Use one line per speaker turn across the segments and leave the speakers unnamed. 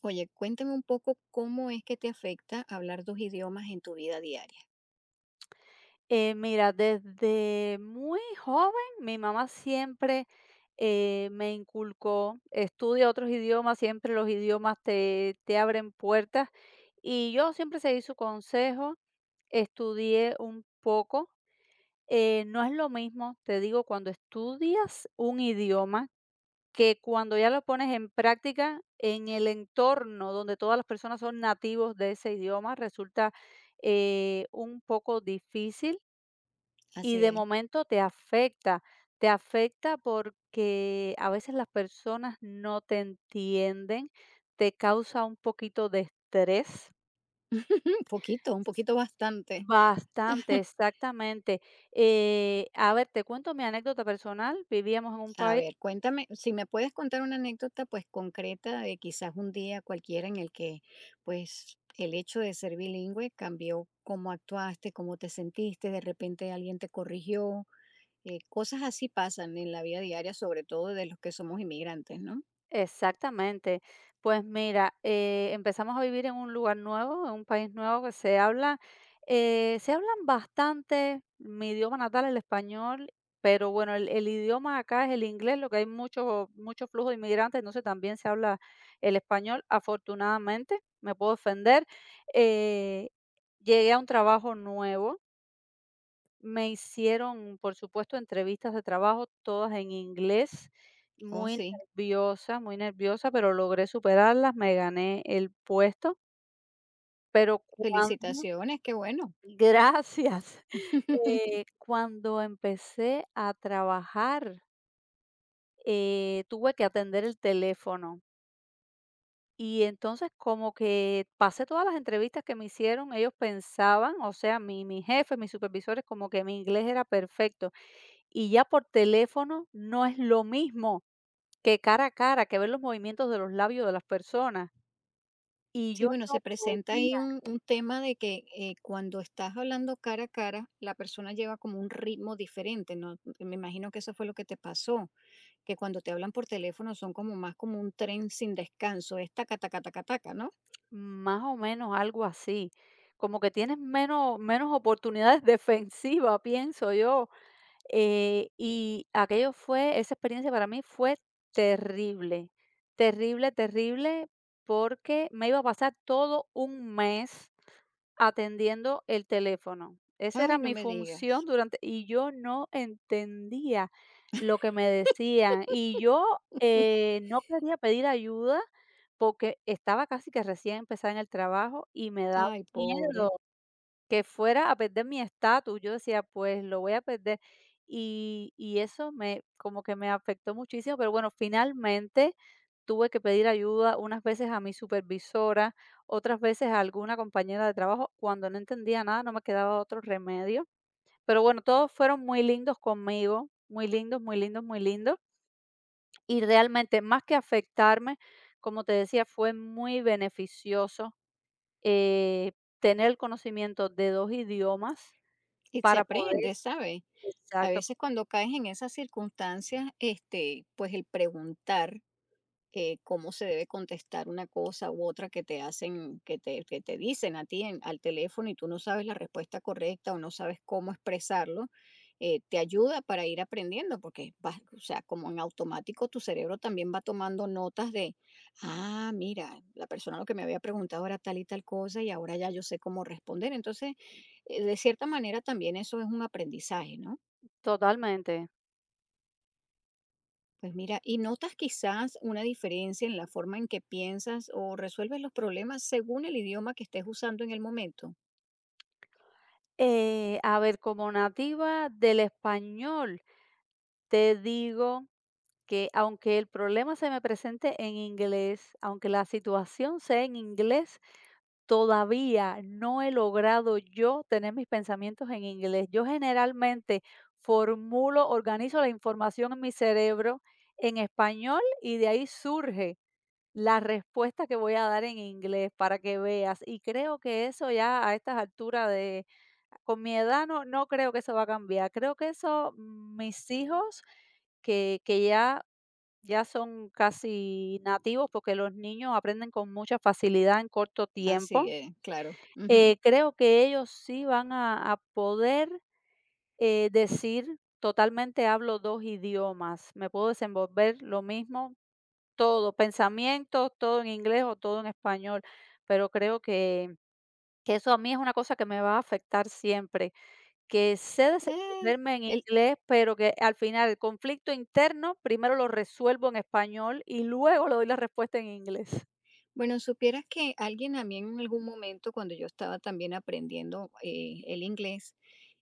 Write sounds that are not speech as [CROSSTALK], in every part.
Oye, cuéntame un poco cómo es que te afecta hablar 2 idiomas en tu vida diaria.
Mira, desde muy joven mi mamá siempre me inculcó, estudia otros idiomas, siempre los idiomas te abren puertas y yo siempre seguí su consejo, estudié un poco. No es lo mismo, te digo, cuando estudias un idioma que cuando ya lo pones en práctica en el entorno donde todas las personas son nativos de ese idioma, resulta un poco difícil y de
Hace
momento te afecta porque a veces las personas no te entienden, te causa un poquito de estrés.
un poquito bastante.
Bastante, exactamente. A ver, te cuento mi anécdota personal. Vivíamos en un
A
país.
ver, cuéntame, si me puedes contar una anécdota, pues, concreta de quizás un día cualquiera en el que, pues, el hecho de ser bilingüe cambió cómo actuaste, cómo te sentiste, de repente alguien te corrigió, cosas así pasan en la vida diaria, sobre todo de los que somos inmigrantes, ¿no?
Exactamente. Pues mira, empezamos a vivir en un lugar nuevo, en un país nuevo que se habla, se hablan bastante mi idioma natal, el español, pero bueno, el idioma acá es el inglés, lo que hay mucho, mucho flujo de inmigrantes, entonces también se habla el español, afortunadamente, me puedo defender. Eh, Llegué a un trabajo nuevo, me hicieron, por supuesto, entrevistas de trabajo, todas en inglés,
Oh,
muy
sí,
muy nerviosa, pero logré superarlas, me gané el puesto, pero cuando
felicitaciones, qué bueno.
gracias. [LAUGHS]
[LAUGHS]
Cuando empecé a trabajar, tuve que atender el teléfono. Y entonces como que pasé todas las entrevistas que me hicieron, ellos pensaban, o sea, mi jefe, mis supervisores, como que mi inglés era perfecto. Y ya por teléfono no es lo mismo que cara a cara, que ver los movimientos de los labios de las personas. Y
Sí,
yo
bueno,
no
se presenta
podía,
ahí un tema de que cuando estás hablando cara a cara, la persona lleva como un ritmo diferente, ¿no? Me imagino que eso fue lo que te pasó, que cuando te hablan por teléfono son como más como un tren sin descanso, es taca, taca, taca, taca, ¿no?
más o menos algo así. Como que tienes menos, menos oportunidades [LAUGHS] defensivas, pienso yo. Y aquello fue esa experiencia para mí fue terrible, terrible, terrible, porque me iba a pasar todo un mes atendiendo el teléfono. Esa
Ay,
era
no
mi
me
función
digas.
durante y yo no entendía lo que me decían y yo,
[LAUGHS]
no quería pedir ayuda porque estaba casi que recién empezada en el trabajo y me daba
Ay,
miedo
pobre.
que fuera a perder mi estatus. Yo decía, pues lo voy a perder. Y eso me como que me afectó muchísimo, pero bueno, finalmente tuve que pedir ayuda unas veces a mi supervisora, otras veces a alguna compañera de trabajo. Cuando no entendía nada, no me quedaba otro remedio. Pero bueno, todos fueron muy lindos conmigo, muy lindos, muy lindos, muy lindos. Y realmente, más que afectarme, como te decía, fue muy beneficioso eh, tener el conocimiento de dos idiomas
Y se
para poder,
aprende, ¿sabes? A
exacto,
veces cuando caes en esas circunstancias, este, pues el preguntar cómo se debe contestar una cosa u otra que te hacen, que te dicen a ti al teléfono y tú no sabes la respuesta correcta o no sabes cómo expresarlo, te ayuda para ir aprendiendo, porque vas, o sea, como en automático tu cerebro también va tomando notas de, ah, mira, la persona lo que me había preguntado era tal y tal cosa y ahora ya yo sé cómo responder. Entonces, de cierta manera también eso es un aprendizaje, ¿no?
totalmente.
Pues mira, ¿y notas quizás una diferencia en la forma en que piensas o resuelves los problemas según el idioma que estés usando en el momento?
A ver, como nativa del español, te digo que aunque el problema se me presente en inglés, aunque la situación sea en inglés, todavía no he logrado yo tener mis pensamientos en inglés. Yo generalmente formulo, organizo la información en mi cerebro en español y de ahí surge la respuesta que voy a dar en inglés para que veas, y creo que eso ya a estas alturas de con mi edad no creo que eso va a cambiar. Creo que eso, mis hijos que ya ya son casi nativos, porque los niños aprenden con mucha facilidad en corto
Así
tiempo,
es, claro. Ujú.
creo que ellos sí van a poder, decir totalmente hablo 2 idiomas, me puedo desenvolver lo mismo todo, pensamientos, todo en inglés o todo en español, pero creo que eso a mí es una cosa que me va a afectar siempre, que sé
Eh,
desenvolverme en
el-
inglés, pero que al final el conflicto interno primero lo resuelvo en español y luego le doy la respuesta en inglés. [LAUGHS]
bueno, supieras que alguien a mí en algún momento, cuando yo estaba también aprendiendo el inglés,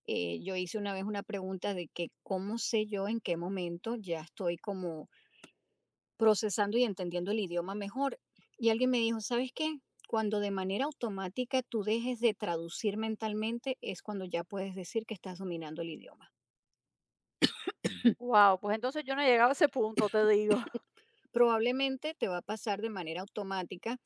yo hice una vez una pregunta de que cómo sé yo en qué momento ya estoy como procesando y entendiendo el idioma mejor. Y alguien me dijo, ¿sabes qué? Cuando de manera automática tú dejes de traducir mentalmente es cuando ya puedes decir que estás dominando el idioma. [CLEARS THROAT]
Wow, pues entonces yo no he llegado a ese punto, te digo. [LAUGHS]
Probablemente te va a pasar de manera automática,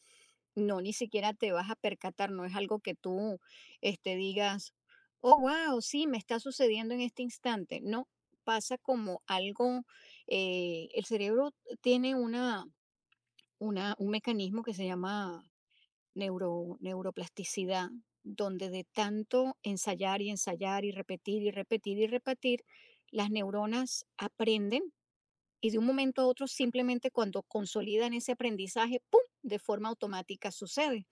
no ni siquiera te vas a percatar, no es algo que tú este, digas, oh, wow, sí, me está sucediendo en este instante. No, pasa como algo, el cerebro tiene un mecanismo que se llama neuroplasticidad, donde de tanto ensayar y ensayar y repetir y repetir y repetir, las neuronas aprenden y de un momento a otro simplemente cuando consolidan ese aprendizaje, ¡pum!, de forma automática sucede.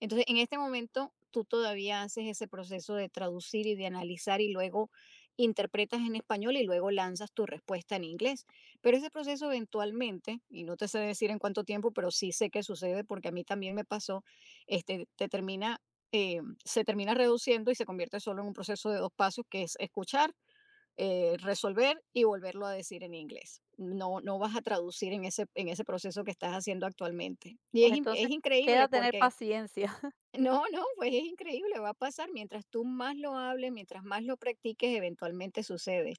Entonces, en este momento, tú todavía haces ese proceso de traducir y de analizar y luego interpretas en español y luego lanzas tu respuesta en inglés. Pero ese proceso eventualmente, y no te sé decir en cuánto tiempo, pero sí sé que sucede porque a mí también me pasó, este, te termina, se termina reduciendo y se convierte solo en un proceso de dos pasos que es escuchar, resolver y volverlo a decir en inglés. No, no vas a traducir en en ese proceso que estás haciendo actualmente. Y
Pues
es
entonces
increíble
queda tener
porque
paciencia.
no, no, pues es increíble, va a pasar. Mientras tú más lo hables, mientras más lo practiques, eventualmente sucede.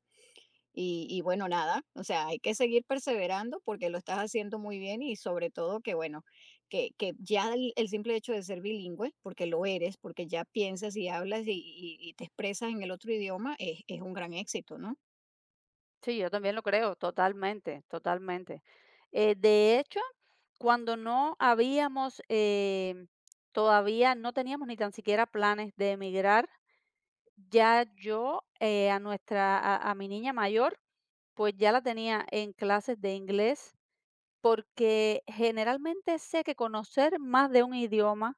Y bueno, nada, o sea, hay que seguir perseverando porque lo estás haciendo muy bien y sobre todo que, bueno, que ya el simple hecho de ser bilingüe, porque lo eres, porque ya piensas y hablas y te expresas en el otro idioma, es un gran éxito, ¿no?
Sí, yo también lo creo, totalmente, totalmente. De hecho, cuando no habíamos, todavía no teníamos ni tan siquiera planes de emigrar, ya yo, a nuestra, a mi niña mayor, pues ya la tenía en clases de inglés, porque generalmente sé que conocer más de un idioma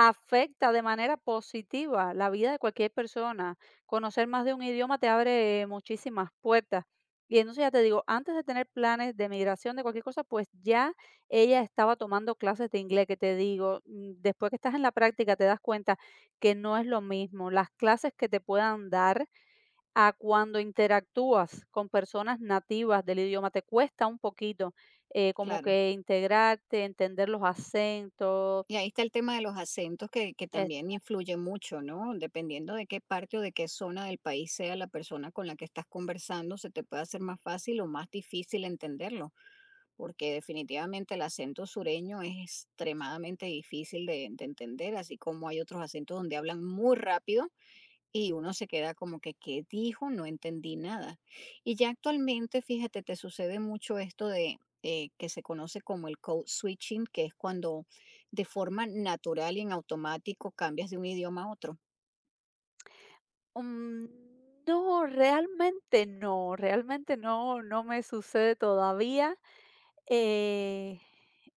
afecta de manera positiva la vida de cualquier persona. Conocer más de un idioma te abre muchísimas puertas. Y entonces ya te digo, antes de tener planes de migración, de cualquier cosa, pues ya ella estaba tomando clases de inglés, que te digo, después que estás en la práctica te das cuenta que no es lo mismo las clases que te puedan dar a cuando interactúas con personas nativas del idioma. Te cuesta un poquito como
Claro.
que integrarte, entender los acentos.
Y ahí está el tema de los acentos que también influye mucho, ¿no? Dependiendo de qué parte o de qué zona del país sea la persona con la que estás conversando, se te puede hacer más fácil o más difícil entenderlo, porque definitivamente el acento sureño es extremadamente difícil de entender, así como hay otros acentos donde hablan muy rápido y uno se queda como que, ¿qué dijo? No entendí nada. Y ya actualmente, fíjate, te sucede mucho esto de que se conoce como el code switching, que es cuando de forma natural y en automático cambias de un idioma a otro.
Mm, no, realmente no, realmente no, no me sucede todavía. Eh,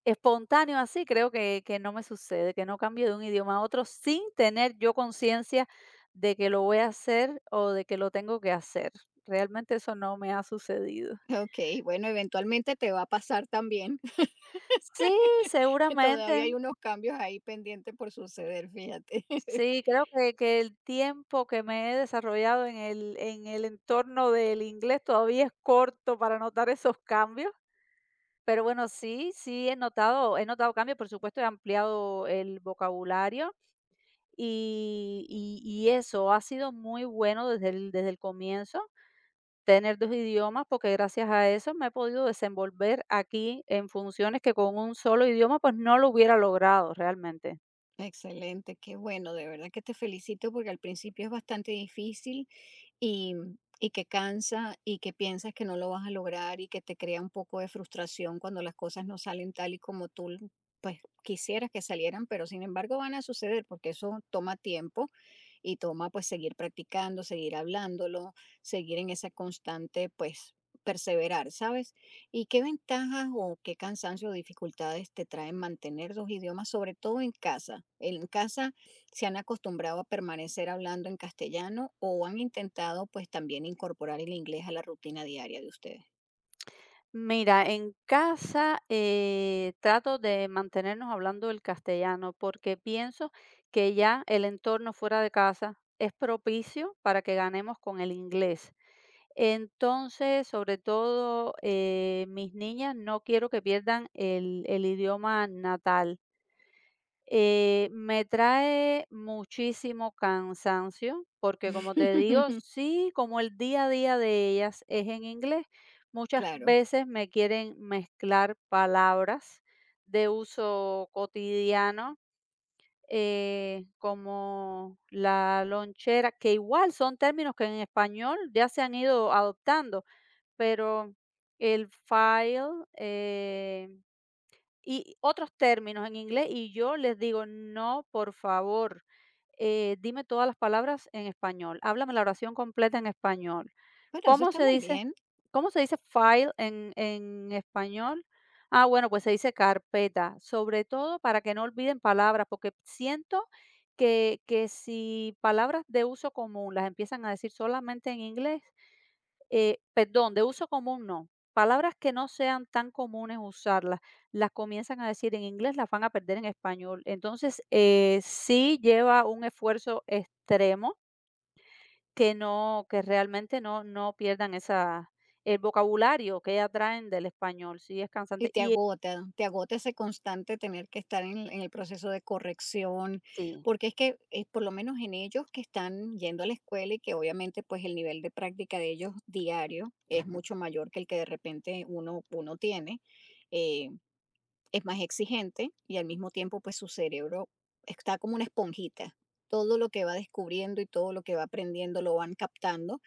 Espontáneo así, creo que, no me sucede, que no cambio de un idioma a otro sin tener yo conciencia de que lo voy a hacer o de que lo tengo que hacer. Realmente eso no me ha sucedido.
[LAUGHS] Ok, bueno, eventualmente te va a pasar también.
Sí,
[LAUGHS] Todavía
seguramente.
hay unos cambios ahí pendientes por suceder, fíjate. [LAUGHS]
Sí, creo que, el tiempo que me he desarrollado en en el entorno del inglés todavía es corto para notar esos cambios. Pero bueno, sí, sí he notado cambios, por supuesto, he ampliado el vocabulario y eso ha sido muy bueno desde el comienzo, tener 2 idiomas, porque gracias a eso me he podido desenvolver aquí en funciones que con un solo idioma, pues, no lo hubiera logrado realmente.
Excelente, qué bueno, de verdad que te felicito porque al principio es bastante difícil y, y que cansa y que piensas que no lo vas a lograr y que te crea un poco de frustración cuando las cosas no salen tal y como tú pues quisieras que salieran, pero sin embargo van a suceder porque eso toma tiempo y toma pues seguir practicando, seguir hablándolo, seguir en esa constante pues perseverar, ¿sabes? ¿Y qué ventajas o qué cansancio o dificultades te traen mantener dos idiomas, sobre todo en casa? En casa se han acostumbrado a permanecer hablando en castellano o han intentado pues también incorporar el inglés a la rutina diaria de ustedes.
Mira, en casa, trato de mantenernos hablando el castellano porque pienso que ya el entorno fuera de casa es propicio para que ganemos con el inglés. Entonces, sobre todo, mis niñas no quiero que pierdan el idioma natal. Me trae muchísimo cansancio, porque como te digo,
[LAUGHS]
sí, como el día a día de ellas es en inglés, muchas
Claro,
veces me quieren mezclar palabras de uso cotidiano, como la lonchera, que igual son términos que en español ya se han ido adoptando, pero el file, eh, y otros términos en inglés, y yo les digo: "No, por favor, dime todas las palabras en español, háblame la oración completa en español".
pero eso
¿Cómo
está
se
muy
dice
bien.
file en español? Ah, bueno, pues se dice carpeta, sobre todo para que no olviden palabras, porque siento que si palabras de uso común las empiezan a decir solamente en inglés, perdón, de uso común no. Palabras que no sean tan comunes usarlas, las comienzan a decir en inglés, las van a perder en español. Entonces, sí lleva un esfuerzo extremo que no, que realmente no, no pierdan esa, el vocabulario que ya traen del español. Sí es
Y
cansante. Y
te agota ese constante tener que estar en el proceso de corrección,
sí.
porque es que por lo menos en ellos que están yendo a la escuela y que obviamente pues el nivel de práctica de ellos diario es Ujú, mucho mayor que el que de repente uno tiene, eh, es más exigente y al mismo tiempo pues su cerebro está como una esponjita. Todo lo que va descubriendo y todo lo que va aprendiendo lo van captando.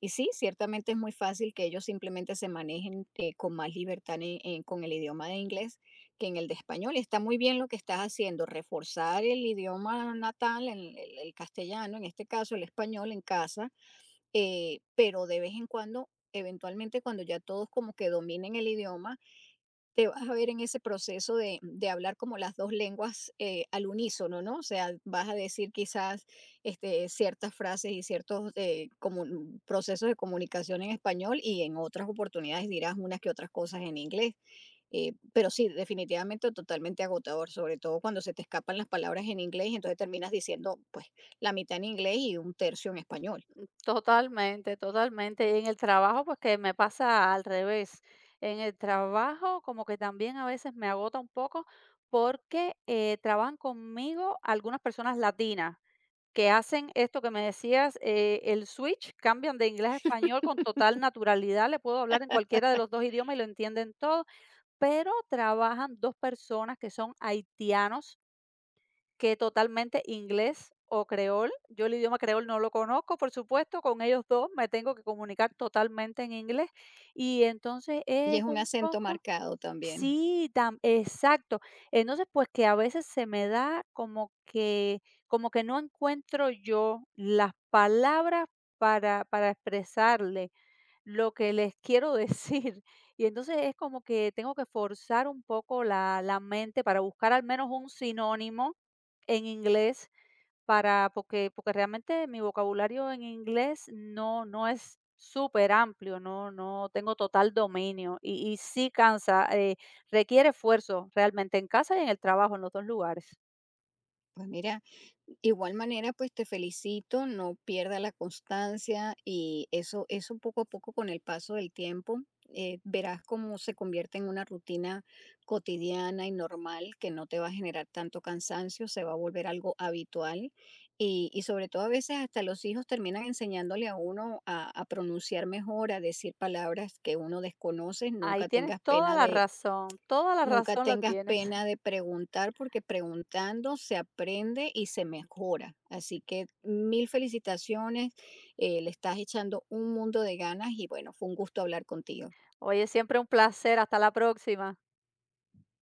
Y sí, ciertamente es muy fácil que ellos simplemente se manejen con más libertad con el idioma de inglés que en el de español. Y está muy bien lo que estás haciendo, reforzar el idioma natal, el castellano, en este caso el español en casa, pero de vez en cuando, eventualmente cuando ya todos como que dominen el idioma, te vas a ver en ese proceso de hablar como las dos lenguas al unísono, ¿no? O sea, vas a decir quizás este, ciertas frases y ciertos procesos de comunicación en español y en otras oportunidades dirás unas que otras cosas en inglés. Pero sí, definitivamente totalmente agotador, sobre todo cuando se te escapan las palabras en inglés y entonces terminas diciendo pues la mitad en inglés y un tercio en español.
Totalmente, totalmente. Y en el trabajo, pues que me pasa al revés. En el trabajo, como que también a veces me agota un poco porque trabajan conmigo algunas personas latinas que hacen esto que me decías, el switch, cambian de inglés a español con total naturalidad. Le puedo hablar en cualquiera de los dos idiomas y lo entienden todo, pero trabajan dos personas que son haitianos que totalmente inglés o creol. Yo el idioma creol no lo conozco, por supuesto, con ellos 2 me tengo que comunicar totalmente en inglés, y entonces
Y es
es
un
un
acento
poco,
marcado también.
sí, tam exacto. Entonces, pues, que a veces se me da como que no encuentro yo las palabras para expresarle lo que les quiero decir. [LAUGHS] Y entonces es como que tengo que forzar un poco la mente para buscar al menos un sinónimo en inglés para, porque, porque realmente mi vocabulario en inglés no, no es súper amplio, no, no tengo total dominio y sí cansa, requiere esfuerzo realmente en casa y en el trabajo, en los dos lugares.
Pues mira, igual manera, pues te felicito, no pierda la constancia y eso poco a poco con el paso del tiempo, verás cómo se convierte en una rutina cotidiana y normal que no te va a generar tanto cansancio, se va a volver algo habitual y sobre todo a veces hasta los hijos terminan enseñándole a uno a pronunciar mejor, a decir palabras que uno desconoce,
Ahí
nunca
tienes
tengas pena de
toda la
Nunca
razón la
tengas
tienes.
pena
[LAUGHS]
de preguntar, porque preguntando se aprende y se mejora. Así que mil felicitaciones, le estás echando un mundo de ganas y bueno, fue un gusto hablar contigo.
Oye, siempre un placer, hasta la próxima.